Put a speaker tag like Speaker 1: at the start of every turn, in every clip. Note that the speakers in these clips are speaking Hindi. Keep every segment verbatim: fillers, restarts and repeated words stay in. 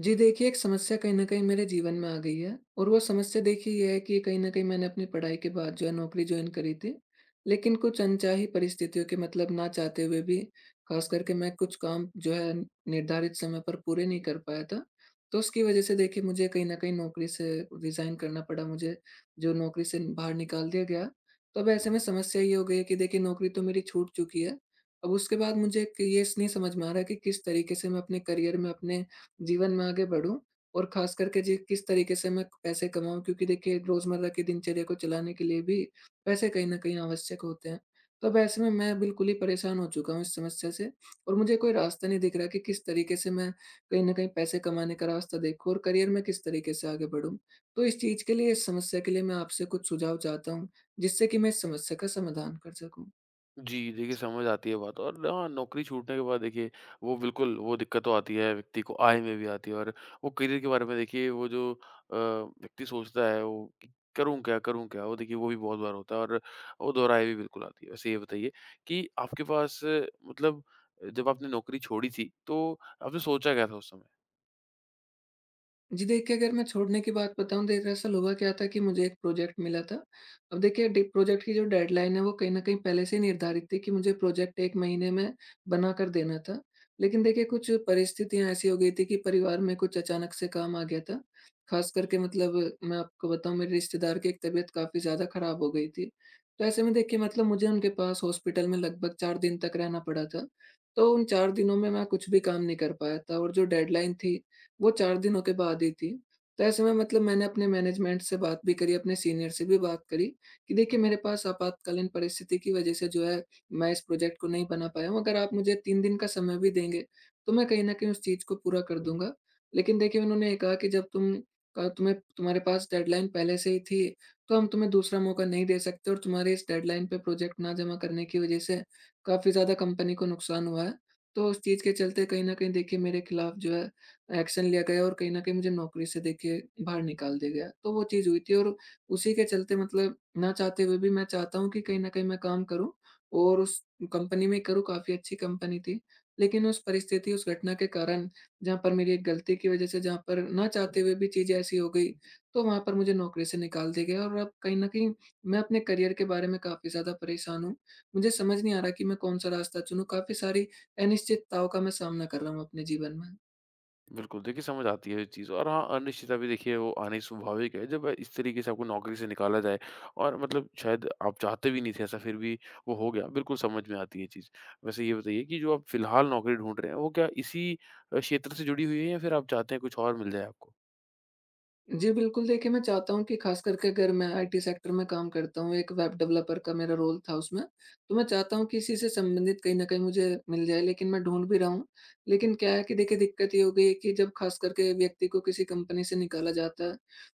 Speaker 1: जी देखिए, एक समस्या कहीं न कहीं मेरे जीवन में आ गई है और वो समस्या देखिए ये है कि कहीं न कहीं मैंने अपनी पढ़ाई के बाद जो है नौकरी जॉइन करी थी। लेकिन कुछ अनचाही परिस्थितियों के मतलब ना चाहते हुए भी, ख़ास करके मैं कुछ काम जो है निर्धारित समय पर पूरे नहीं कर पाया था। तो उसकी वज़ह से देखिए मुझे कहीं न कहीं नौकरी से रिज़ाइन करना पड़ा मुझे, जो नौकरी से बाहर निकाल दिया गया। तो अब ऐसे में समस्या ये हो गई है कि देखिए नौकरी तो मेरी छूट चुकी है। अब उसके बाद मुझे क ये स नहीं समझ में आ रहा है कि किस तरीके से मैं अपने करियर में, अपने जीवन में आगे बढ़ूँ और ख़ास करके जी किस तरीके से मैं पैसे कमाऊँ, क्योंकि देखिए रोज़मर्रा की दिनचर्या को चलाने के लिए भी पैसे कहीं न कहीं आवश्यक होते हैं। तो अब ऐसे में मैं बिल्कुल ही परेशान हो चुका हूँ इस समस्या से, और मुझे कोई रास्ता नहीं दिख रहा कि किस तरीके से मैं कहीं न कहीं पैसे कमाने का रास्ता देखूँ और करियर में किस तरीके से आगे बढ़ूँ। तो इस चीज़ के लिए, इस समस्या के लिए मैं आपसे कुछ सुझाव चाहता हूँ, जिससे कि मैं इस समस्या का समाधान कर सकूँ।
Speaker 2: जी, देखिए समझ आती है बात। और हाँ, नौकरी छूटने के बाद देखिए वो बिल्कुल वो दिक्कत तो आती है, व्यक्ति को आय में भी आती है। और वो करियर के बारे में देखिए वो जो अ, व्यक्ति सोचता है वो कि करूँ क्या, करूँ क्या? वो देखिए वो भी बहुत बार होता है और वो दोहराए भी बिल्कुल आती है। वैसे ये बताइए कि आपके पास अ, मतलब जब आपने नौकरी छोड़ी थी, तो आपने सोचा क्या था उस समय?
Speaker 1: जी देखिए, अगर मैं छोड़ने की बात बताऊँ तो दरअसल हुआ क्या था कि मुझे एक प्रोजेक्ट मिला था। अब देखिए डि प्रोजेक्ट की जो डेडलाइन है वो कहीं न कहीं पहले से ही निर्धारित थी कि मुझे प्रोजेक्ट एक महीने में बनाकर देना था। लेकिन देखिए कुछ परिस्थितियाँ ऐसी हो गई थी कि परिवार में कुछ अचानक से काम आ गया था। ख़ास करके मतलब मैं आपको बताऊँ, मेरे रिश्तेदार की एक तबीयत काफ़ी ज़्यादा ख़राब हो गई थी। तो ऐसे में देखिए मतलब मुझे उनके पास हॉस्पिटल में लगभग चार दिन तक रहना पड़ा था। तो उन चार दिनों में मैं कुछ भी काम नहीं कर पाया था, और जो डेडलाइन थी वो चार दिनों के बाद ही थी। तो ऐसे में मतलब मैंने अपने मैनेजमेंट से बात भी करी, अपने सीनियर से भी बात करी कि देखिए मेरे पास आपातकालीन परिस्थिति की वजह से जो है, मैं इस प्रोजेक्ट को नहीं बना पाया हूँ। अगर आप मुझे तीन दिन का समय भी देंगे, तो मैं कहीं न कहीं उस चीज़ को पूरा कर दूँगा। लेकिन देखिए उन्होंने ये कहा कि जब तुम क तुम्हें, तुम्हारे पास डेडलाइन पहले से ही थी, तो हम तुम्हें दूसरा मौका नहीं दे सकते, और तुम्हारे इस डेडलाइन पे प्रोजेक्ट ना जमा करने की वजह से काफ़ी ज़्यादा कंपनी को नुकसान हुआ है। तो उस चीज़ के चलते कहीं न कहीं देखिए मेरे खिलाफ जो है एक्शन लिया गया, और कहीं न कहीं मुझे नौकरी से देखिए बाहर निकाल दिया गया। तो वो चीज़ हुई थी, और उसी के चलते मतलब ना चाहते हुए भी मैं चाहता हूँ कि कहीं न कहीं मैं काम करूँ, और उस कंपनी में करूँ, काफ़ी अच्छी कंपनी थी। लेकिन उस परिस्थिति, उस घटना के कारण, जहाँ पर मेरी एक गलती की वज़ह से जहाँ पर ना चाहते हुए भी चीज़ें ऐसी हो गई, तो वहाँ पर मुझे नौकरी से निकाल दिया गया और अब कहीं न कहीं मैं अपने करियर के बारे में काफ़ी ज़्यादा परेशान हूँ। मुझे समझ नहीं आ रहा कि मैं कौन-सा रास्ता चुनूँ, काफ़ी सारी अनिश्चितताओं का मैं सामना कर रहा हूँ अपने जीवन में।
Speaker 2: बिल्कुल, देखिए समझ आती है ये चीज़। और हाँ, अनिश्चितता भी देखिए वो आनी स्वाभाविक है जब इस तरीके से आपको नौकरी से निकाला जाए और मतलब शायद आप चाहते भी नहीं थे ऐसा, फिर भी वो हो गया। बिल्कुल समझ में आती है ये चीज़। वैसे ये बताइए कि जो आप फिलहाल नौकरी ढूँढ रहे हैं, वो क्या इसी अ, क्षेत्र से जुड़ी हुई है या फिर आप चाहते हैं कुछ और मिल जाए आपको?
Speaker 1: जी, बिल्कुल देखिए, मैं चाहता हूँ कि ख़ास करके अगर मैं आईटी सेक्टर में काम करता हूँ, एक वेब डेवलपर का मेरा रोल था उसमें, तो मैं चाहता हूँ कि इसी से संबंधित कहीं न कहीं मुझे मिल जाए, लेकिन मैं ढूँढ भी रहा हूँ। लेकिन क्या है कि देखिए, दिक्कत ये हो गई है कि जब ख़ास करके व्यक्ति को किसी कंपनी से निकाला जाता है,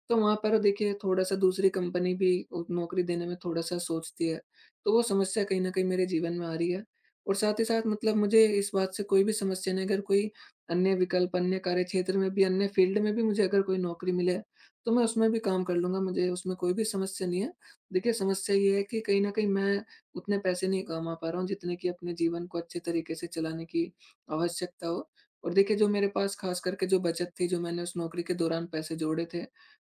Speaker 1: तो वहाँ पर देखिए थोड़ा-सा दूसरी कंपनी भी अ, नौकरी देने में थोड़ा-सा सोचती है। तो वो समस्या कहीं न कहीं मेरे जीवन में आ रही है, और साथ ही साथ मतलब मुझे इस बात से कोई भी समस्या नहीं, अगर कोई अन्य विकल्प, अन्य कार्यक्षेत्र में भी, अन्य फ़ील्ड में भी मुझे अगर कोई नौकरी मिले, तो मैं उसमें भी काम कर लूँगा, मुझे उसमें कोई भी समस्या नहीं है। देखिए, समस्या ये है कि कहीं न कहीं मैं उतने पैसे नहीं कमा पा रहा हूँ, जितने कि अपने जीवन को अच्छे तरीके से चलाने की आवश्यकता हो। और देखिए, जो मेरे पास ख़ास करके जो बचत थी, जो मैंने उस नौकरी के दौरान पैसे जोड़े थे,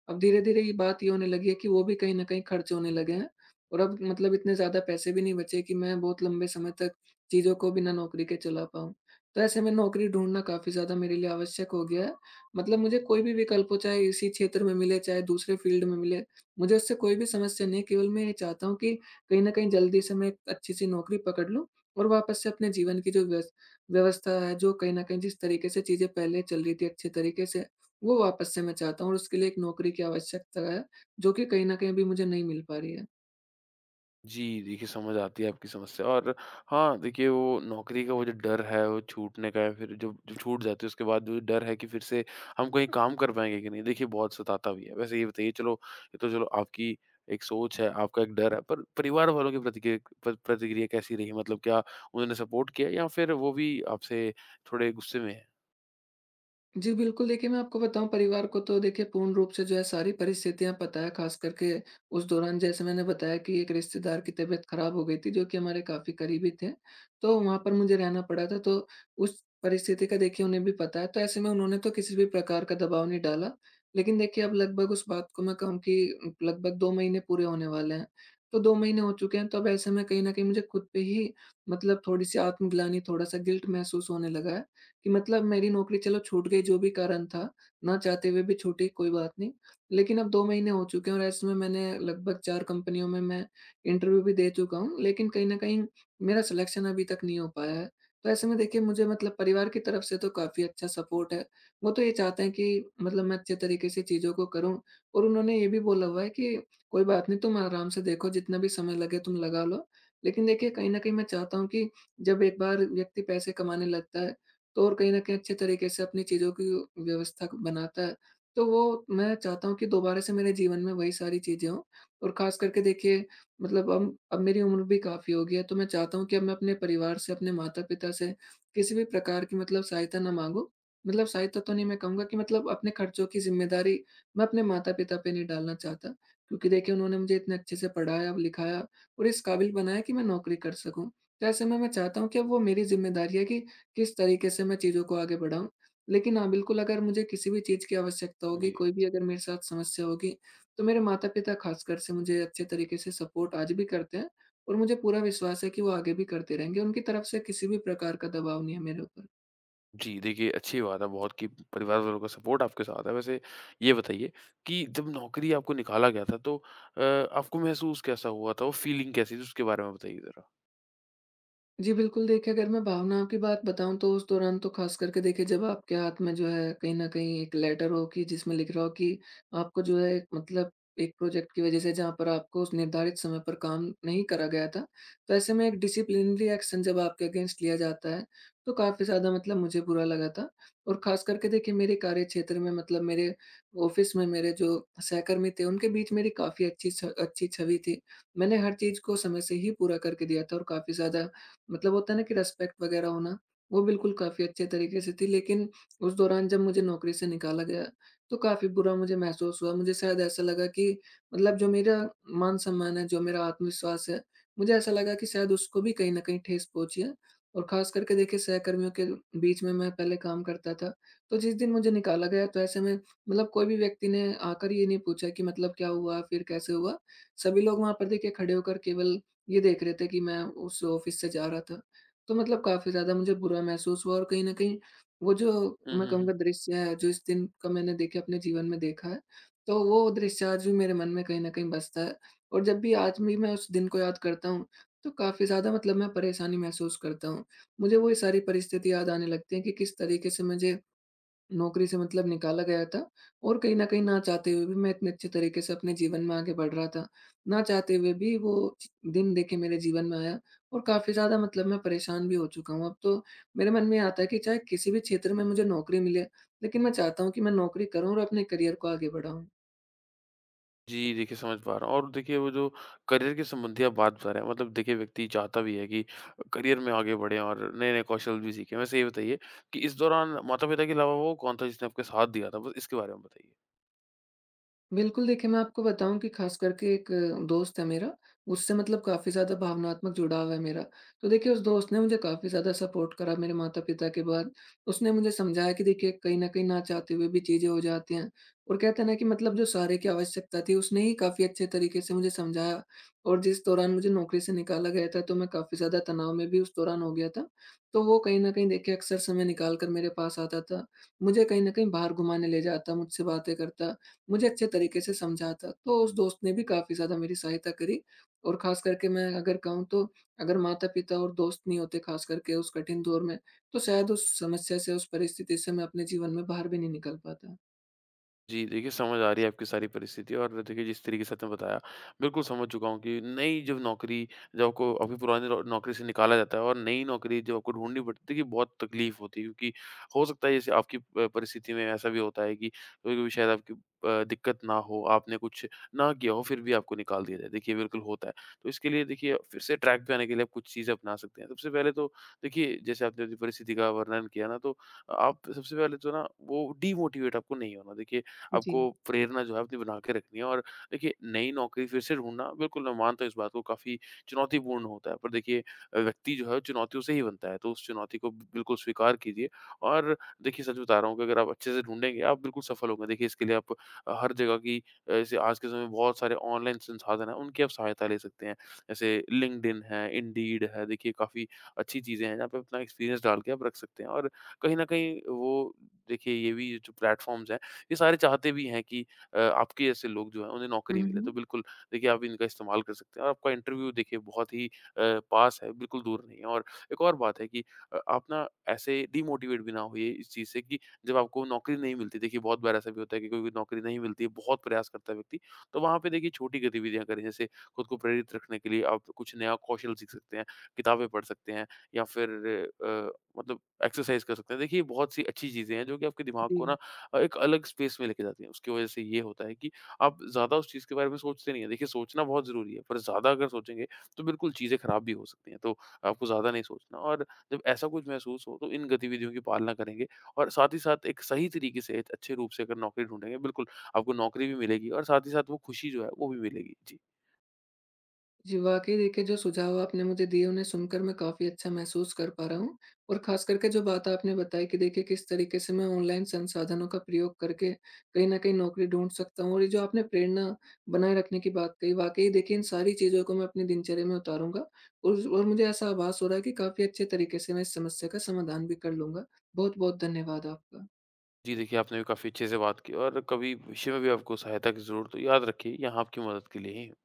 Speaker 1: अब धीरे-धीरे ये बात ये होने लगी है कि वो भी कहीं न कहीं खर्च होने लगे हैं। और अब मतलब इतने ज़्यादा पैसे भी नहीं बचे कि मैं बहुत लंबे समय तक चीज़ों को बिना नौकरी के चला पाऊँ। तो ऐसे में नौकरी ढूँढना काफ़ी ज़्यादा मेरे लिए आवश्यक हो गया है, मतलब मुझे कोई भी विकल्प हो, चाहे इसी क्षेत्र में मिले, चाहे दूसरे फ़ील्ड में मिले, मुझे उससे कोई भी समस्या नहीं है। केवल मैं ये चाहता हूँ कि कहीं न कहीं जल्दी से मैं एक अच्छी-सी नौकरी पकड़ लूँ, और वापस से अपने जीवन की जो व्यस व्यवस्था है, जो कहीं न कहीं जिस तरीके से चीज़ें पहले चल रही थी अच्छे तरीके से, वो वापस से मैं चाहता हूँ, और उसके लिए एक नौकरी की आवश्यकता है, जो कि कहीं न कहीं अभी मुझे नहीं मिल पा रही है।
Speaker 2: जी, देखिए समझ आती है आपकी समस्या। और हाँ, देखिए वो नौकरी का वो जो डर है, वो छूटने का या फिर जो जो छूट जाती है उसके बाद जो डर है कि फिर से हम कहीं काम कर पाएँगे कि नहीं, देखिए बहुत सताता भी है। वैसे ये बताइए, चलो, ये तो चलो आपकी एक सोच है, आपका एक डर है, पर परिवार वालों की प्रतिक्रिया, प्र प्रतिक्रिया कैसी रही? मतलब क्या उन्होंने सपोर्ट किया या फिर वो भी आपसे थोड़े गुस्से में हैं?
Speaker 1: जी, बिल्कुल देखिए, मैं आपको बताऊँ, परिवार को तो देखिए पूर्ण रूप से जो है सारी परिस्थितियाँ पता है, ख़ास करके उस दौरान जैसे मैंने बताया कि एक रिश्तेदार की तबीयत ख़राब हो गई थी, जो कि हमारे काफ़ी करीबी थे, तो वहाँ पर मुझे रहना पड़ा था, तो उस परिस्थिति का देखिए उन्हें भी पता है, तो ऐसे में उन्होंने तो किसी भी प्रकार का दबाव नहीं डाला। लेकिन देखिए अब लगभग उस बात को मैं कहूँ कि लगभग दो महीने पूरे होने वाले हैं, तो दो महीने हो चुके हैं, तो अब ऐसे में कहीं न कहीं मुझे खुद पे ही मतलब थोड़ी-सी आत्मग्लानि, थोड़ा-सा गिल्ट महसूस होने लगा है। कि मतलब मेरी नौकरी चलो छूट गई, जो भी कारण था, ना चाहते हुए भी छूटी, कोई बात नहीं। लेकिन अब दो महीने हो चुके हैं, और ऐसे में मैंने लगभग चार कंपनियों में मैं इंटरव्यू भी दे चुका हूँ, लेकिन कहीं न कहीं मेरा सिलेक्शन अभी तक नहीं हो पाया है। तो ऐसे में देखिए मुझे मतलब परिवार की तरफ से तो काफ़ी अच्छा सपोर्ट है। वो तो ये चाहते हैं कि मतलब मैं अच्छे तरीके से चीज़ों को करूँ, और उन्होंने ये भी बोला हुआ है कि कोई बात नहीं, तुम आराम से देखो, जितना भी समय लगे तुम लगा लो। लेकिन देखिए कहीं न कहीं मैं चाहता हूँ कि जब एक बार व्यक्ति पैसे कमाने लगता है, तो और कहीं न कहीं अच्छे तरीके से अपनी चीज़ों की व्यवस्था बनाता है। तो वो मैं चाहता हूँ कि दोबारा से मेरे जीवन में वही सारी चीज़ें हों, और ख़ास करके देखिए मतलब अब अब मेरी उम्र भी काफ़ी हो गई है, तो मैं चाहता हूँ कि अब मैं अपने परिवार से, अपने माता-पिता से किसी भी प्रकार की मतलब सहायता ना माँगूँ। मतलब सहायता तो नहीं, मैं कहूँगा कि मतलब अपने खर्चों की ज़िम्मेदारी मैं अपने माता-पिता पे नहीं डालना चाहता, क्योंकि देखिए उन्होंने मुझे इतने अच्छे से पढ़ाया, लिखाया और इस काबिल बनाया कि मैं नौकरी कर सकूँ। तो ऐसे में मैं चाहता हूँ कि अब वो मेरी ज़िम्मेदारी है कि किस तरीके से मैं चीज़ों को आगे बढ़ाऊँ। लेकिन हाँ, बिल्कुल अगर मुझे किसी भी चीज़ की आवश्यकता होगी,
Speaker 2: जी।
Speaker 1: कोई भी अगर मेरे साथ समस्या होगी, तो मेरे माता-पिता ख़ासकर से मुझे अच्छे तरीके से सपोर्ट आज भी करते हैं, और मुझे पूरा विश्वास है कि वो आगे भी करते रहेंगे। उनकी तरफ से किसी भी प्रकार का दबाव नहीं है मेरे ऊपर।
Speaker 2: जी, देखिए अच्छी बात है बहुत कि परिवार वालों का सपोर्ट आपके साथ है। वैसे ये बताइए कि जब नौकरी आपको निकाला गया था तो अ, आपको महसूस कैसा हुआ था? वो फीलिंग कैसी थी? उसके बारे में बताइए ज़रा?
Speaker 1: जी, बिल्कुल देखिए, अगर मैं भावनाओं की बात बताऊँ तो उस दौरान तो ख़ास करके देखिए जब आपके हाथ में जो है कहीं न कहीं एक लेटर हो कि जिसमें लिख रहा हो कि आपको जो है मतलब एक प्रोजेक्ट की वज़ह से जहाँ पर आपको उस निर्धारित समय पर काम नहीं करा गया था, तो ऐसे में एक डिसिप्लिनरी एक्शन जब आपके अगेंस्ट लिया जाता है, तो काफ़ी ज़्यादा मतलब मुझे बुरा लगा था। और ख़ास करके देखिए मेरे कार्यक्षेत्र में, मतलब मेरे ऑफ़िस में मेरे जो सहकर्मी थे, उनके बीच मेरी काफ़ी अच्छी छ अच्छी छवि थी। मैंने हर चीज़ को समय से ही पूरा करके दिया था, और काफ़ी ज़्यादा मतलब होता है ना कि रिस्पेक्ट वगैरह होना, वो बिल्कुल काफ़ी अच्छे तरीके से थी। लेकिन उस दौरान जब मुझे नौकरी से निकाला गया, तो काफ़ी बुरा मुझे महसूस हुआ। मुझे शायद ऐसा लगा कि मतलब जो मेरा मान-सम्मान है, जो मेरा आत्मविश्वास है, मुझे ऐसा लगा कि शायद उसको भी कहीं न कहीं ठेस पहुँची है। और ख़ास करके देखिए सहकर्मियों के बीच में मैं पहले काम करता था, तो जिस दिन मुझे निकाला गया, तो ऐसे में मतलब कोई भी व्यक्ति ने आकर ये नहीं पूछा कि मतलब क्या हुआ, फिर कैसे हुआ? सभी लोग वहाँ पर देखिए खड़े होकर केवल ये देख रहे थे कि मैं उस ऑफ़िस से जा रहा था। तो मतलब काफ़ी ज़्यादा मुझे बुरा महसूस हुआ, और कहीं न कहीं वो जो
Speaker 2: हुँ,
Speaker 1: मैं
Speaker 2: हुँ, हुँ।
Speaker 1: कहूँगा दृश्य है, जो इस दिन का मैंने देखिए अपने जीवन में देखा है, तो वो दृश्य आज भी मेरे मन में कहीं न कहीं बसता है। और जब भी आज भी मैं उस दिन को याद करता हूँ, तो काफ़ी ज़्यादा मतलब मैं परेशानी महसूस करता हूँ। मुझे वो सारी परिस्थिति याद आने लगती है कि किस तरीके से मुझे नौकरी से मतलब निकाला गया था, और कहीं न कहीं ना चाहते हुए भी मैं इतने अच्छे तरीके से अपने जीवन में आगे बढ़ रहा था। ना चाहते हुए भी वो दिन देखिए मेरे जीवन में आया, और काफ़ी ज़्यादा मतलब मैं परेशान भी हो चुका हूँ। अब तो मेरे मन में ये आता है कि चाहे किसी भी क्षेत्र में मुझे नौकरी मिले, लेकिन मैं चाहता हूँ कि मैं नौकरी करूँ और अपने करियर को आगे बढ़ाऊँ।
Speaker 2: जी, देखिए समझ पा रहा हूँ। और देखिए वो जो करियर के संबंधी आप बात बता रहे हैं, मतलब देखिए व्यक्ति चाहता भी है कि करियर में आगे बढ़ें और नए-नए कौशल भी सीखें। वैसे ये बताइए कि इस दौरान माता-पिता के अलावा वो कौन था जिसने आपके साथ दिया था? बस इसके बारे में बताइए?
Speaker 1: बिल्कुल, देखिए मैं आपको बताऊँ कि ख़ास करके एक अ, दोस्त है मेरा, उससे मतलब काफ़ी ज़्यादा भावनात्मक जुड़ाव है मेरा। तो देखिए उस दोस्त ने मुझे काफ़ी ज़्यादा सपोर्ट करा मेरे माता-पिता के बाद। उसने मुझे समझाया कि देखिए कहीं न कहीं ना चाहते हुए भी चीज़ें हो जाती हैं, और कहते हैं ना कि मतलब जो सहारे की आवश्यकता थी उसने ही काफ़ी अच्छे तरीके से मुझे समझाया। और जिस दौरान मुझे नौकरी से निकाला गया था, तो मैं काफ़ी ज़्यादा तनाव में भी उस दौरान हो गया था। तो वो कहीं न कहीं देखिए अक्सर समय निकाल कर मेरे पास आता था। मुझे कहीं न कहीं बाहर घुमाने ले जाता, मुझसे बातें करता, मुझे अच्छे तरीके से समझाता। तो उस दोस्त ने भी काफ़ी ज़्यादा मेरी सहायता करी, और ख़ास करके मैं अगर कहूँ तो अगर माता-पिता और दोस्त नहीं होते ख़ास करके उस कठिन दौर में, तो शायद उस समस्या से, उस परिस्थिति से मैं अपने जीवन में बाहर भी नहीं निकल पाता।
Speaker 2: जी, देखिए समझ आ रही है आपकी सारी परिस्थिति। और देखिए जिस तरीके से आपने बताया, बिल्कुल समझ चुका हूँ कि नई जब नौकरी जब आपको अभी पुरानी नौ नौकरी से निकाला जाता है और नई नौकरी जब आपको ढूँढनी पड़ती है, देखिए बहुत तकलीफ़ होती है, क्योंकि हो सकता है जैसे आपकी प परिस्थिति में ऐसा भी होता है कि कभी-कभी शायद आपकी अ, दिक्कत ना हो, आपने कुछ ना किया हो, फिर भी आपको निकाल दिया जाए, देखिए बिल्कुल होता है। तो इसके लिए देखिए फिर से ट्रैक पे आने के लिए आप कुछ चीज़ें अपना सकते हैं। सबसे पहले तो देखिए जैसे आपने अपनी परिस्थिति का वर्णन किया ना, तो आप सबसे पहले तो ना वो डीमोटिवेट आपको नहीं होना। देखिए
Speaker 1: जी।
Speaker 2: आपको प्रेरणा जो है अपनी बना के रखनी है। और देखिए नई नौकरी फिर से ढूंढना, बिल्कुल मैं मानता हूँ इस बात को, काफ़ी चुनौतीपूर्ण होता है, पर देखिए व्यक्ति जो है वो चुनौतियों से ही बनता है, तो उस चुनौती को बिल्कुल स्वीकार कीजिए। और देखिए सच बता रहा हूँ कि अगर आप अच्छे से ढूंढेंगे आप बिल्कुल सफल होंगे। देखिए इसके लिए आप अ, हर जगह की, अ, जैसे आज के समय में बहुत सारे ऑनलाइन संसाधन हैं उनकी आप सहायता ले सकते हैं। जैसे लिंक्डइन है, इंडीड है, देखिए काफ़ी अच्छी चीज़ें हैं जहाँ पे अपना एक्सपीरियंस डाल के आप रख सकते हैं। और कहीं ना कहीं वो देखिए ये भी जो प्लेटफॉर्म्स हैं ये सारे चाहते भी हैं कि अ, आपके जैसे लोग जो हैं उन्हें
Speaker 1: हुँ,
Speaker 2: नौकरी मिले। तो
Speaker 1: हुँ।
Speaker 2: बिल्कुल देखिए आप इनका इस्तेमाल कर सकते हैं, और आपका इंटरव्यू देखिए बहुत ही अ, पास है, बिल्कुल दूर नहीं है। और एक और बात है कि अ, आप ना ऐसे डिमोटिवेट भी ना होइए इस चीज़ से कि जब आपको नौकरी नहीं मिलती। देखिए बहुत बार ऐसा भी होता है कि कोई-कोई नौकरी नहीं मिलती है, बहुत प्रयास करता है व्यक्ति। तो वहाँ पे देखिए छोटी गतिविधियाँ करें, जैसे खुद को प्रेरित रखने के लिए आप कुछ नया कौशल सीख सकते हैं, किताबें पढ़ सकते हैं, या फिर अ, मतलब एक्सरसाइज़ कर सकते हैं। देखिए बहुत सी अच्छी चीज़ें हैं जो कि आपके दिमाग
Speaker 1: जी।
Speaker 2: को ना अ, एक अलग स्पेस में लेके जाती है। उसकी वज़ह से ये होता है कि आप ज़्यादा उस चीज़ के बारे में सोचते नहीं हैं। देखिए सोचना बहुत ज़रूरी है, पर ज़्यादा अगर सोचेंगे तो बिल्कुल चीज़ें ख़राब भी हो सकती हैं। तो आपको ज़्यादा नहीं सोचना, और जब ऐसा कुछ महसूस हो तो इन गतिविधियों की पालना करेंगे और साथ ही साथ एक सही तरीके से, एक अच्छे रूप से अगर नौकरी ढूँढेंगे, बिल्कुल आपको नौकरी भी मिलेगी और साथ ही साथ वो खुशी जो है वो भी मिलेगी। जी।
Speaker 1: जी, वाक़ई देखिए जो सुझाव आपने मुझे दिए, उन्हें सुनकर मैं काफ़ी अच्छा महसूस कर पा रहा हूँ। और ख़ास करके जो बात आपने बताई कि देखिए किस तरीके से मैं ऑनलाइन संसाधनों का प्रयोग करके कहीं न कहीं नौकरी ढूँढ सकता हूँ, और ये जो आपने प्रेरणा बनाए रखने की बात कही, वाक़ई देखिए इन सारी चीज़ों को मैं अपनी दिनचर्या में उतारूँगा। और और मुझे ऐसा आभास हो रहा है कि काफ़ी अच्छे तरीके से मैं इस समस्या का समाधान भी कर लूँगा। बहुत-बहुत धन्यवाद आपका।
Speaker 2: जी देखिए, आपने भी काफ़ी अच्छे से बात की, और कभी भविष्य में भी आपको सहायता की ज़रूरत हो, तो याद रखिए यहाँ आपकी मदद के लिए ही हूँ।